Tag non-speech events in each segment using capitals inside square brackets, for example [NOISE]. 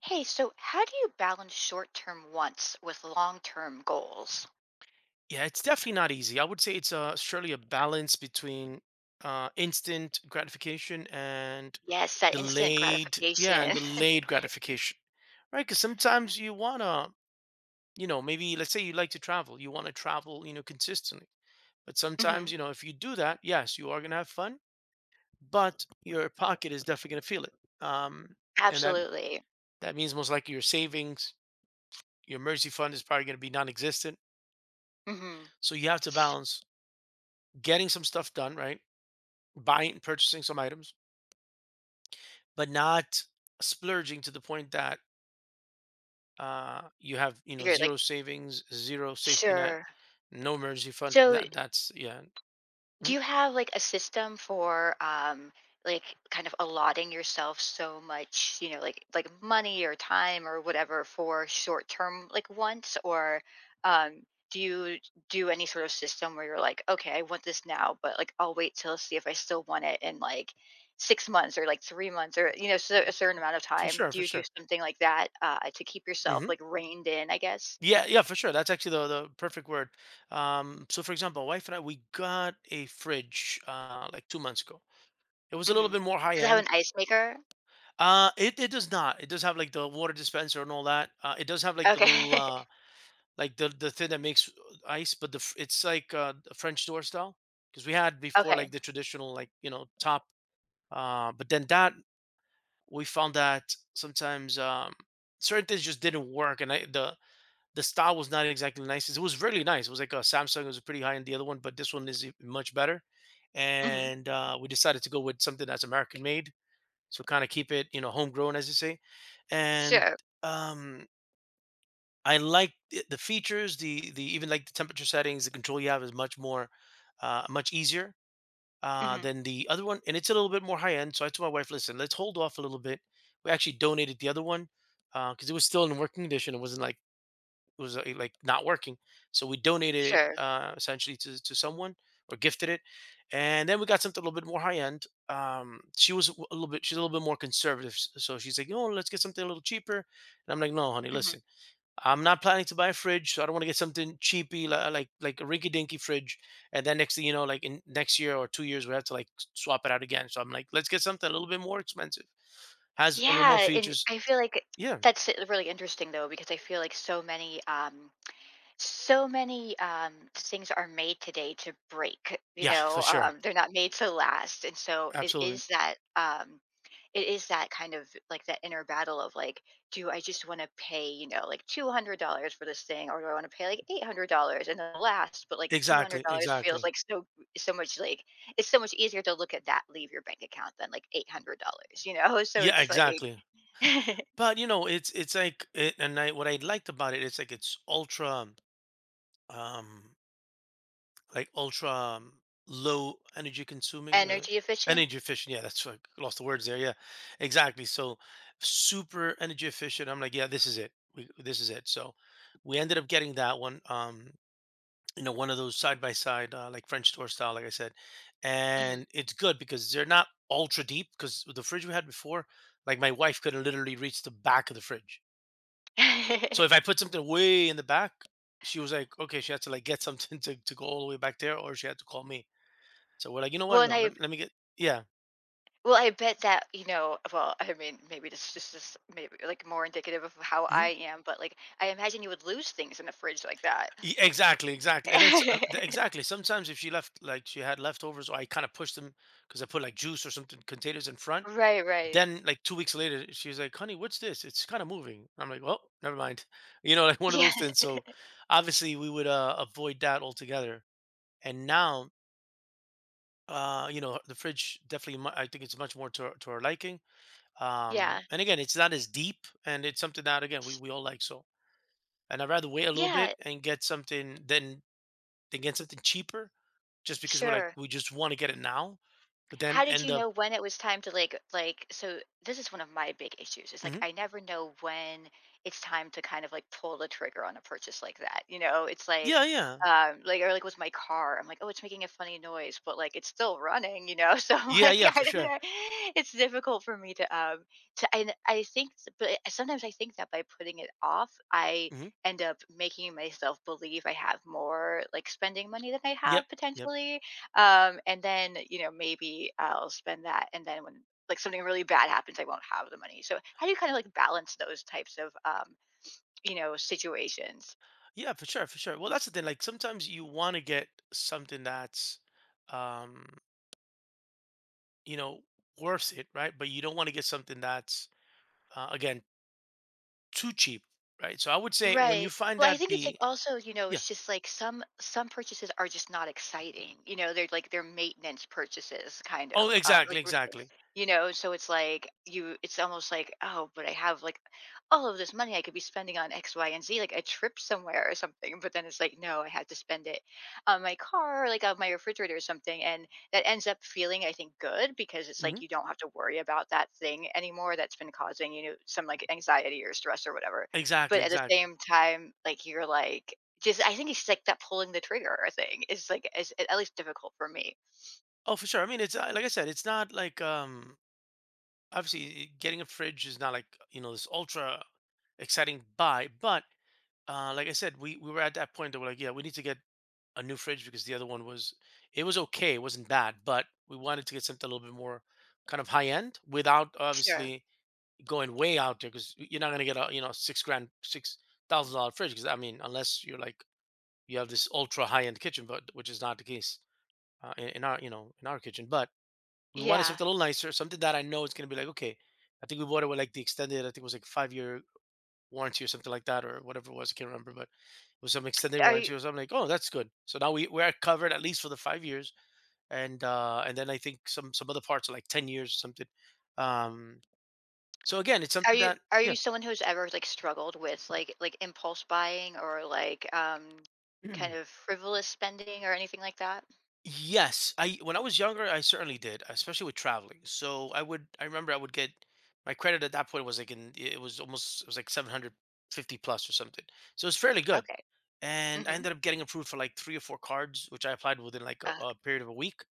Hey, so how do you balance short term wants with long term goals? Yeah, it's definitely not easy. I would say it's surely a balance between instant gratification and Yes, that instant delayed, yeah, and gratification. delayed gratification, right? Because sometimes you wanna, maybe let's say you like to travel, you wanna travel, you know, consistently. But [LAUGHS] Hmm. sometimes, you know, if you do that, yes, you are gonna have fun, but your pocket is definitely gonna feel it. Um, and that Absolutely. that means most likely your savings, your emergency fund is probably gonna be non-existent. Hmm. So you have to balance getting some stuff done, right? Buying and purchasing some items but not splurging to the point that you have, you know, You're like, zero savings, zero safety net, sure. no emergency fund So, that that's yeah. do Mhm. you have like a system for like kind of allotting yourself so much, you know, like money or time or whatever for short term like wants or um do you do any sort of system where you're like, okay, I want this now, but like I'll wait till see if I still want it in like six months or like three months or you know, so a certain amount of For time. sure, Do for you do sure. something like that to keep yourself Hmm. like reined in, I guess? Yeah, yeah, for sure. That's actually the perfect word. So for example, my wife and I, we got a fridge like 2 months ago. It was a little Hmm. bit more high Does it have an end. ice maker? It does not. It does have like the water dispenser and all that. It does have like the Okay. little like the thing that makes ice, but it's like the French door style. Because we had [LAUGHS] before Okay. like the traditional, like, you know, top. But then that we found that sometimes certain things just didn't work, and I the style was not exactly nice. It was really nice. It was like a Samsung. It was pretty high end, the other one, but this one is much better. Hmm. And we decided to go with something that's American made, so kind of keep it, you know, homegrown, as you say. And Sure. um, I like the features. The even like the temperature settings, the control you have is much more, much easier Mhm. than the other one, and it's a little bit more high end. So I told my wife, listen, let's hold off a little bit. We actually donated the other one because it was still in working condition. It wasn't like it was, like, not working. So we donated it Sure. Essentially to someone or gifted it. And then we got something a little bit more high end. She was a little bit, she's a little bit more conservative. So she's like, you let's get something a little cheaper. And I'm like, no, honey, Mhm. listen, I'm not planning to buy a fridge. So I don't want to get something cheapy, like a rinky dinky fridge. And then next thing you know, like, in next year or 2 years, we have to like swap it out again. So I'm like, let's get something a little bit more expensive, has a little Yeah, more and features. I feel like Yeah. that's really interesting though, because I feel like so many, so many things are made today to break. You Yeah, for know, sure. They're not made to last, and so it Absolutely. is that. It is that kind of like that inner battle of like, do I just want to pay, you know, like $200 for this thing or do I want to pay like $800 and then last, but like Exactly. $200 feels Exactly. like so, so much like it's so much easier to look at that leave your bank account than like $800, you know? [LAUGHS] So Yeah, it's like exactly. [LAUGHS] But you know, and I what I liked about it, it's like it's ultra um like ultra, low energy consuming, energy efficient. energy efficient. Yeah, that's like lost the words there. Yeah. Exactly. So super energy efficient. I'm like, yeah, this is it. This is it. So we ended up getting that one. You know, one of those side by side, like French door style, like I said, and Mhm. it's good because they're not ultra deep. Because the fridge we had before, like, my wife could have literally reached the back of the fridge, so if [LAUGHS] I put something way in the back, she was like okay, she had to like get [LAUGHS] something to go all the way back there, or she had to call me. So we're like, you know what, well, and no, I let me get yeah. well, I bet that you know. Well, I mean, maybe this is just maybe like more indicative of how I Mhm. am, but like I imagine you would lose things in the fridge like that. Exactly, exactly, and then [LAUGHS] exactly. Sometimes if she left, like she had leftovers, or I kind of pushed them because I put like juice or something containers in front, Right, right. [LAUGHS] then like 2 weeks later, she was like, "Honey, what's this? It's kinda moving." I'm like, "Well, never mind." [LAUGHS] You know, like one of Yeah, those things. So, obviously, we would, avoid that altogether. And now, you know, the fridge definitely mu I think it's much more to our liking. Yeah. And again, it's not as deep, and it's something that, again, we all like, so. And I'd rather wait a little Yeah, bit and get something than get something cheaper just because we're like, sure. we just wanna get it now, but then How did end you up. know when it was time to like so this is one of my big issues. It's like Mhm. I never know when it's time to kind of like pull the trigger on a purchase like that. You know, it's Yeah, yeah. Like or like with my car, I'm like, oh, it's making a funny noise, but like it's still running, you know. [LAUGHS] So I'm Yeah, like yeah, I for don't sure. know. It's difficult for me to and I think but sometimes I think that by putting it off, I Mhm. end up making myself believe I have more like spending money than I Yep. have Yep. potentially and then, you know, maybe I'll spend that. And then when like something really bad happens, I won't have the money. So how do you kind of like balance those types of, you know, situations? Yeah, for sure, for sure. Well, that's the thing. Like sometimes you want to get something that's, um, you know, worth it, right? But you don't want to get something that's, again, too cheap, right? So I would say when you Right. find Well, I that think it's like the, also, you know, yeah. it's just like some purchases are just not exciting. You know, they're like they're maintenance purchases, kind Oh, of. Like exactly, we're saying, exactly. you know, so it's like you, it's almost like, oh, but I have like all of this money I could be spending on X, Y, and Z, like a trip somewhere or something. But then it's like, no, I had to spend it on my car, or like on my refrigerator or something, and that ends up feeling, I think, good because it's like Hmm. you don't have to worry about that thing anymore that's been causing you know some like anxiety or stress or whatever but Exactly, at the exactly. same time, like, you're like just I think it's like that pulling the trigger thing is like is at least difficult for me. Oh, for sure. I mean, it's like I said, it's not like, obviously getting a fridge is not like, you know, this ultra exciting buy, but, like I said, we were at that point that we're like, yeah, we need to get a new fridge because the other one was, it was okay, it wasn't bad, but we wanted to get something a little bit more kind of high end without Sure. obviously going way out there. Because you're not gonna get a, you know, six grand, six thousand dollar fridge. Because I mean, unless you're like you have this ultra high end kitchen, but which is not the case in our, you know, in our kitchen. But we wanted Yeah. something a little nicer, something that I know it's gonna be like okay. I think we bought it with like the extended. I think it was like 5 year warranty or something like that or whatever it was. I can't remember, but it was some extended Are you warranty or something. Like, oh, that's good. So now we we're covered at least for the 5 years, and then I think some other parts are like 10 years or something. Um, so again, it's are something you that are yeah. you someone who's ever, like, struggled with, like, impulse buying or, like, kind of [CLEARS THROAT] frivolous spending or anything like that? Yes, I when I was younger, I certainly did, especially with traveling. So I would, I remember I would get my credit at that point was like in, it was almost, it was like 750 plus or something. So it's fairly good. Okay. And I Mhm. ended up getting approved for like three or four cards, which I applied within like Uh, a period of a week.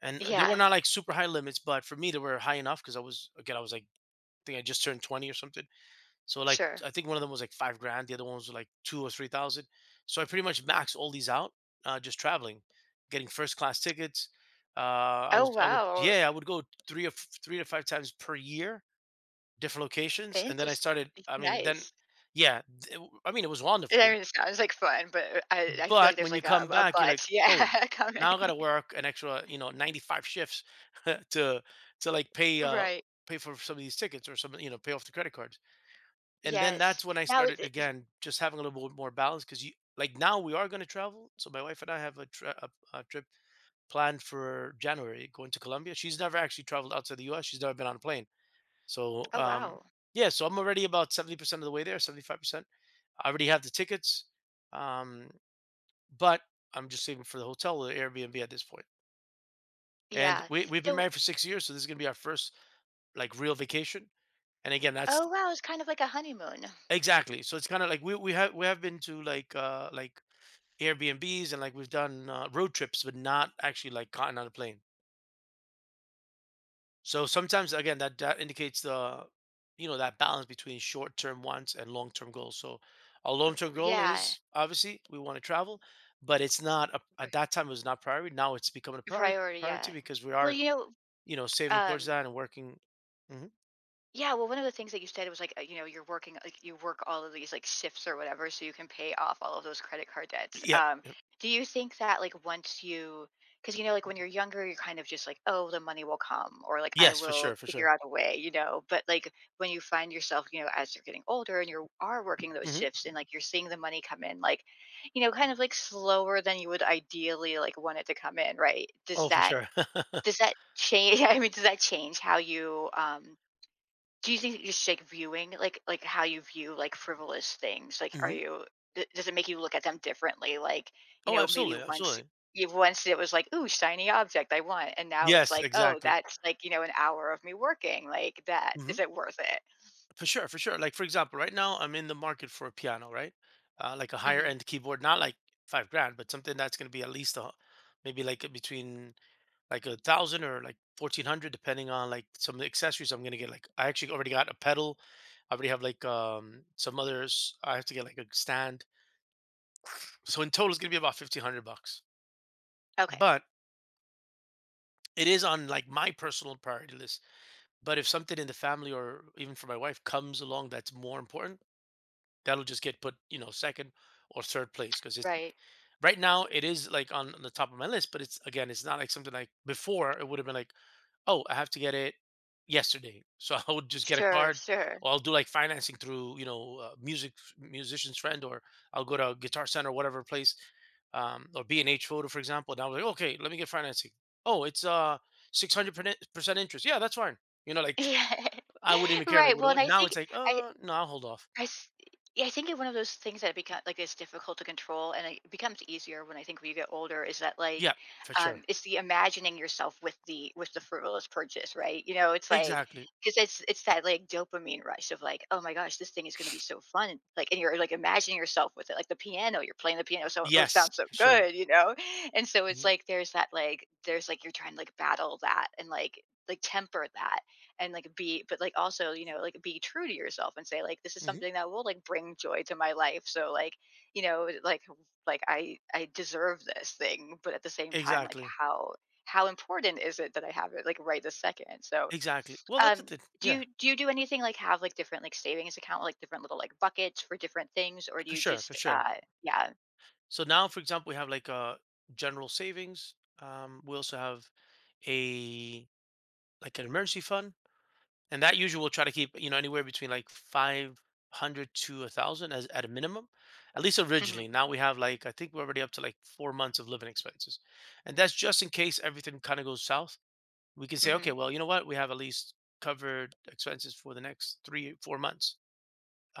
And they were yeah. not like super high limits, but for me, they were high enough. Because I was, again, I was like, I think I just turned 20 or something. So like, Sure. I think one of them was like five grand, the other ones were like two or three thousand. So I pretty much maxed all these out, just traveling, getting first class tickets. Oh, I would, wow. yeah, I would go three or three to five times per year, different locations, and then I Interesting. started. I mean, then, Nice. yeah, I mean, it was I wonderful. mean, it sounds like fun, but I feel like But there's when you like a come a back, you're like, but. "Oh, Yeah, [LAUGHS] coming. now I gotta work an extra, you know, 95 shifts [LAUGHS] to to, like, pay, Right. pay for some of these tickets or some, you know, pay off the credit cards." And then Yes. that's when I Now it started, is again, just having a little bit more balance. Because you like, now we are gonna travel, so my wife and I have a trip planned for January, going to Colombia. She's never actually traveled outside the US, she's never been on a plane. So, oh, wow. yeah, so I'm already about 70% of the way there, 75%. I already have the tickets. Um but I'm just saving for the hotel or the Airbnb at this point. And Yeah. We've been So married for 6 years, so this is gonna be our first like real vacation. And again, that's oh, wow, it's kind of like a honeymoon. exactly. So it's kind of like we have been to like Airbnbs, and like we've done, road trips, but not actually like gotten on a plane. So sometimes again, that indicates the, you know, that balance between short term wants and long term goals. So our R long term goal yeah. is obviously we want to travel, but it's not a, R at that time it was not priority. Now it's becoming a priority, priority, yeah. because we Well, are you know, you know, saving towards um that and working. Mhm. yeah, well, one of the things that you said was like, you know, you're working, like you work all of these like shifts or whatever, so you can pay off all of those credit card debts. Yep, yep. Do you think that like once you, because you know, like when you're younger, you're kind of just like, oh, the money will come, or like I Yes, for will sure, for figure sure. out a way, you know. But like when you find yourself, you know, as you're getting older and you are working those Mhm. shifts and like you're seeing the money come in, like, you know, kind of like slower than you would ideally like want it to come in, right? Does Oh, for that sure. [LAUGHS] does that change? [LAUGHS] I mean, does that change how you um? Do you think that just like viewing, like how you view like frivolous things, like are Mhm. you d- does it make you look at them differently? Like you Oh, know maybe absolutely, once absolutely. you once it was like ooh shiny object I want, and now it's Yes, like oh exactly. that's like you know an hour of me working like that is Mhm. it worth it? For sure, for sure. Like, for example, right now, I'm in the market for a piano, right? Like a higher Hmm. end keyboard, not like 5 grand, but something that's gonna be at least a maybe like between like 1,000 or like 1,400 depending on like some of the accessories I'm gonna get. Like, I actually already got a pedal. I already have like, some others. I have to get like a stand. So in total, it's gonna be about $1,500. Okay, But it is on like my personal priority list. But if something in the family or even for my wife comes along that's more important, that'll just get put, second or third place because it's right, Right now it is like on the top of my list. But it's again, it's not like something like before it would have been like, oh, I have to get it yesterday. So [LAUGHS] I would just get a sure, card, sure, or I'll do like financing through, you know, musician's friend, or I'll go to Guitar Center, whatever place, or B and H Photo, for example. And I was like, okay, let me get financing. Oh, it's 600% interest. Yeah, that's fine. You know, [LAUGHS] like, yeah, I wouldn't [LAUGHS] even care. Like, right. what? Well, and What I now? think It's like, I no, I'll hold off. I, s- Yeah, I think it one of those things that become like it's difficult to control, and it becomes easier when I think when you get older. Is that like, Yeah, for sure. it's the imagining yourself with the frivolous purchase, right? You know, it's like Exactly. because it's that like dopamine rush of like, oh my gosh, this thing is going to be so fun, like, and you're like imagining yourself with it, like the piano, you're playing the piano, so oh, it Yes, sounds so for sure. good, you know, and so it's hmm like there's that like there's like you're trying to like battle that and like temper that and like be but like also you know like be true to yourself and say like this is hmm something that will like bring joy to my life so like you know like I deserve this thing but at the same time like Exactly. How important is it that I have it like right this second so Exactly. Well, that's the um thing. do Yeah, you do you do anything like have like different like savings account like different little like buckets for different things or do for you sure, for just sure. Yeah So now, for example, we have like a general savings. We also have a like an emergency fund, and that usually we'll try to keep, you know, anywhere between like 500 to a thousand as at a minimum, at least originally. hmm Now we have like, I think we're already up to like 4 months of living expenses, and that's just in case everything kind of goes south. We can say, okay, hmm well, you know what, we have at least covered expenses for the next 3 4 months.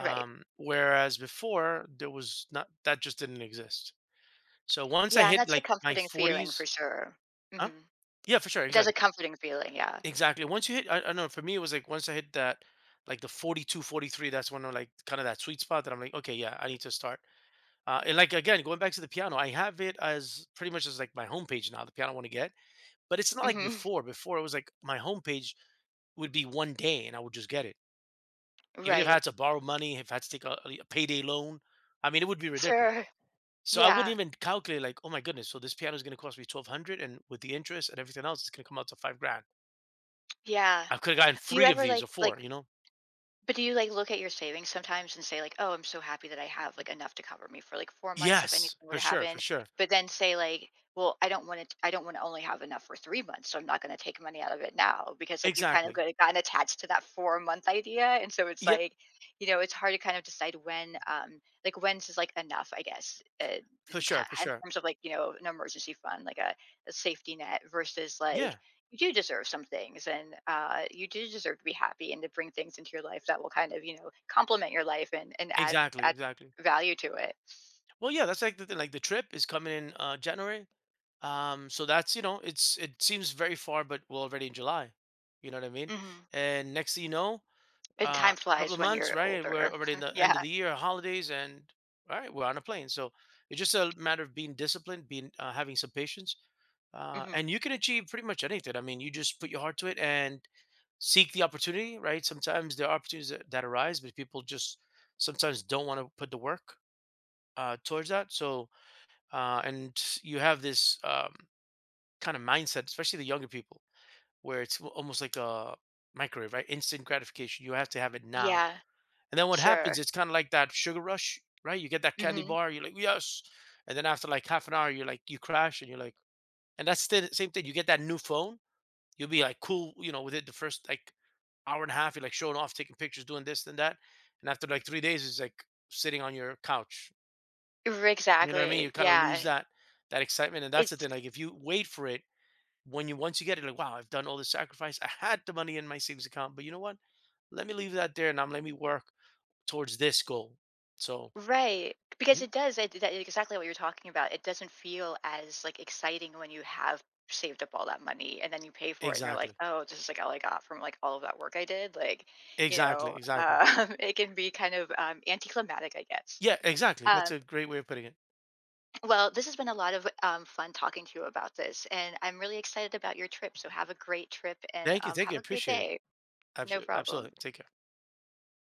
right Whereas before there was not, that just didn't exist. So once I yeah and hit that's a like my comforting feeling for 40s, sure huh? hmm Yeah, for sure, that's a exactly, comforting feeling yeah exactly. Once you hit, I don't know, for me, it was like once I hit that, like the 42, 43, that's when I'm like kind of that sweet spot that I'm like, okay, yeah, I need to start. And like again, going back to the piano, I have it as pretty much as like my homepage now, the piano I want to get. But it's not like hmm before. Before it was like my homepage would be one day and I would just get it. [LAUGHS] Even if I right had to borrow money, if I had to take a payday loan, I mean, it would be ridiculous. sure So I wouldn't Yeah, even calculate like, oh my goodness, so this piano is going to cost me 1200 and with the interest and everything else, it's going to come out to five grand. yeah. I could have gotten Do you three of ever these or like four, you know? but do you like look at your savings sometimes and say like, "Oh, I'm so happy that I have like enough to cover me for like 4 months if anything Yes, were for to sure, for happen," sure. but then say like, "Well, I don't want to only have enough for 3 months, so I'm not going to take money out of it now," because like you've kind of Exactly. got- gotten attached to that 4-month idea, and so it's Yep, like, you know, it's hard to kind of decide when like when's is like enough, I guess, for sure, for in sure. terms of like, you know, an emergency fund, like a safety net versus like Yeah, you do deserve some things and you do deserve to be happy and to bring things into your life that will kind of you know complement your life and add exactly, add exactly. value to it Well, yeah, that's like the thing. Like the trip is coming in January. So that's, you know, it's, it seems very far, but we're already in July. You know what I mean? hmm And next thing you know, and time couple flies of when months, you're right, we're older already in [LAUGHS] the yeah end of the year holidays, and all right, we're on a plane. So it's just a matter of being disciplined, being having some patience, and hmm you can achieve pretty much anything. I mean, you just put your heart to it and seek the opportunity. Right, sometimes there are opportunities that arise, but people just sometimes don't want to put the work, towards that. So, and you have this, kind of mindset, especially the younger people, where it's almost like a microwave, right? Instant gratification. You have to have it now. yeah And then what sure happens, it's kinda like that sugar rush, right? You get that candy hmm bar, you're like, "Yes." And then after like half an hour, you're like, you crash and you're like, and that's the same thing. You get that new phone, you'll be like cool, you know, with it the first like hour and a half, you're like showing off, taking pictures, doing this and that. And after like 3 days, it's like sitting on your couch. You know what I mean? You exactly kinda lose yeah that excitement. And that's the it's thing. Like if you wait for it, when you once you get it, like, wow, I've done all this sacrifice. I had the money in my savings account, but you know what? Let me leave that there, and I'm let me work towards this goal. So. right. Because Mhm. it does it, that exactly what you're talking about. It doesn't feel as like exciting when you have saved up all that money and then you pay for it and you're like, Exactly. "Oh, this is like all I got from like all of that work I did." Like, you Exactly, know, exactly. [LAUGHS] It can be kind of anticlimactic, I guess. Yeah, exactly. That's Um, a great way of putting it. well, this has been a lot of fun talking to you about this, and I'm really excited about your trip. So have a great trip and Thank have you, a great appreciate it. day. No Absolutely, problem. take care.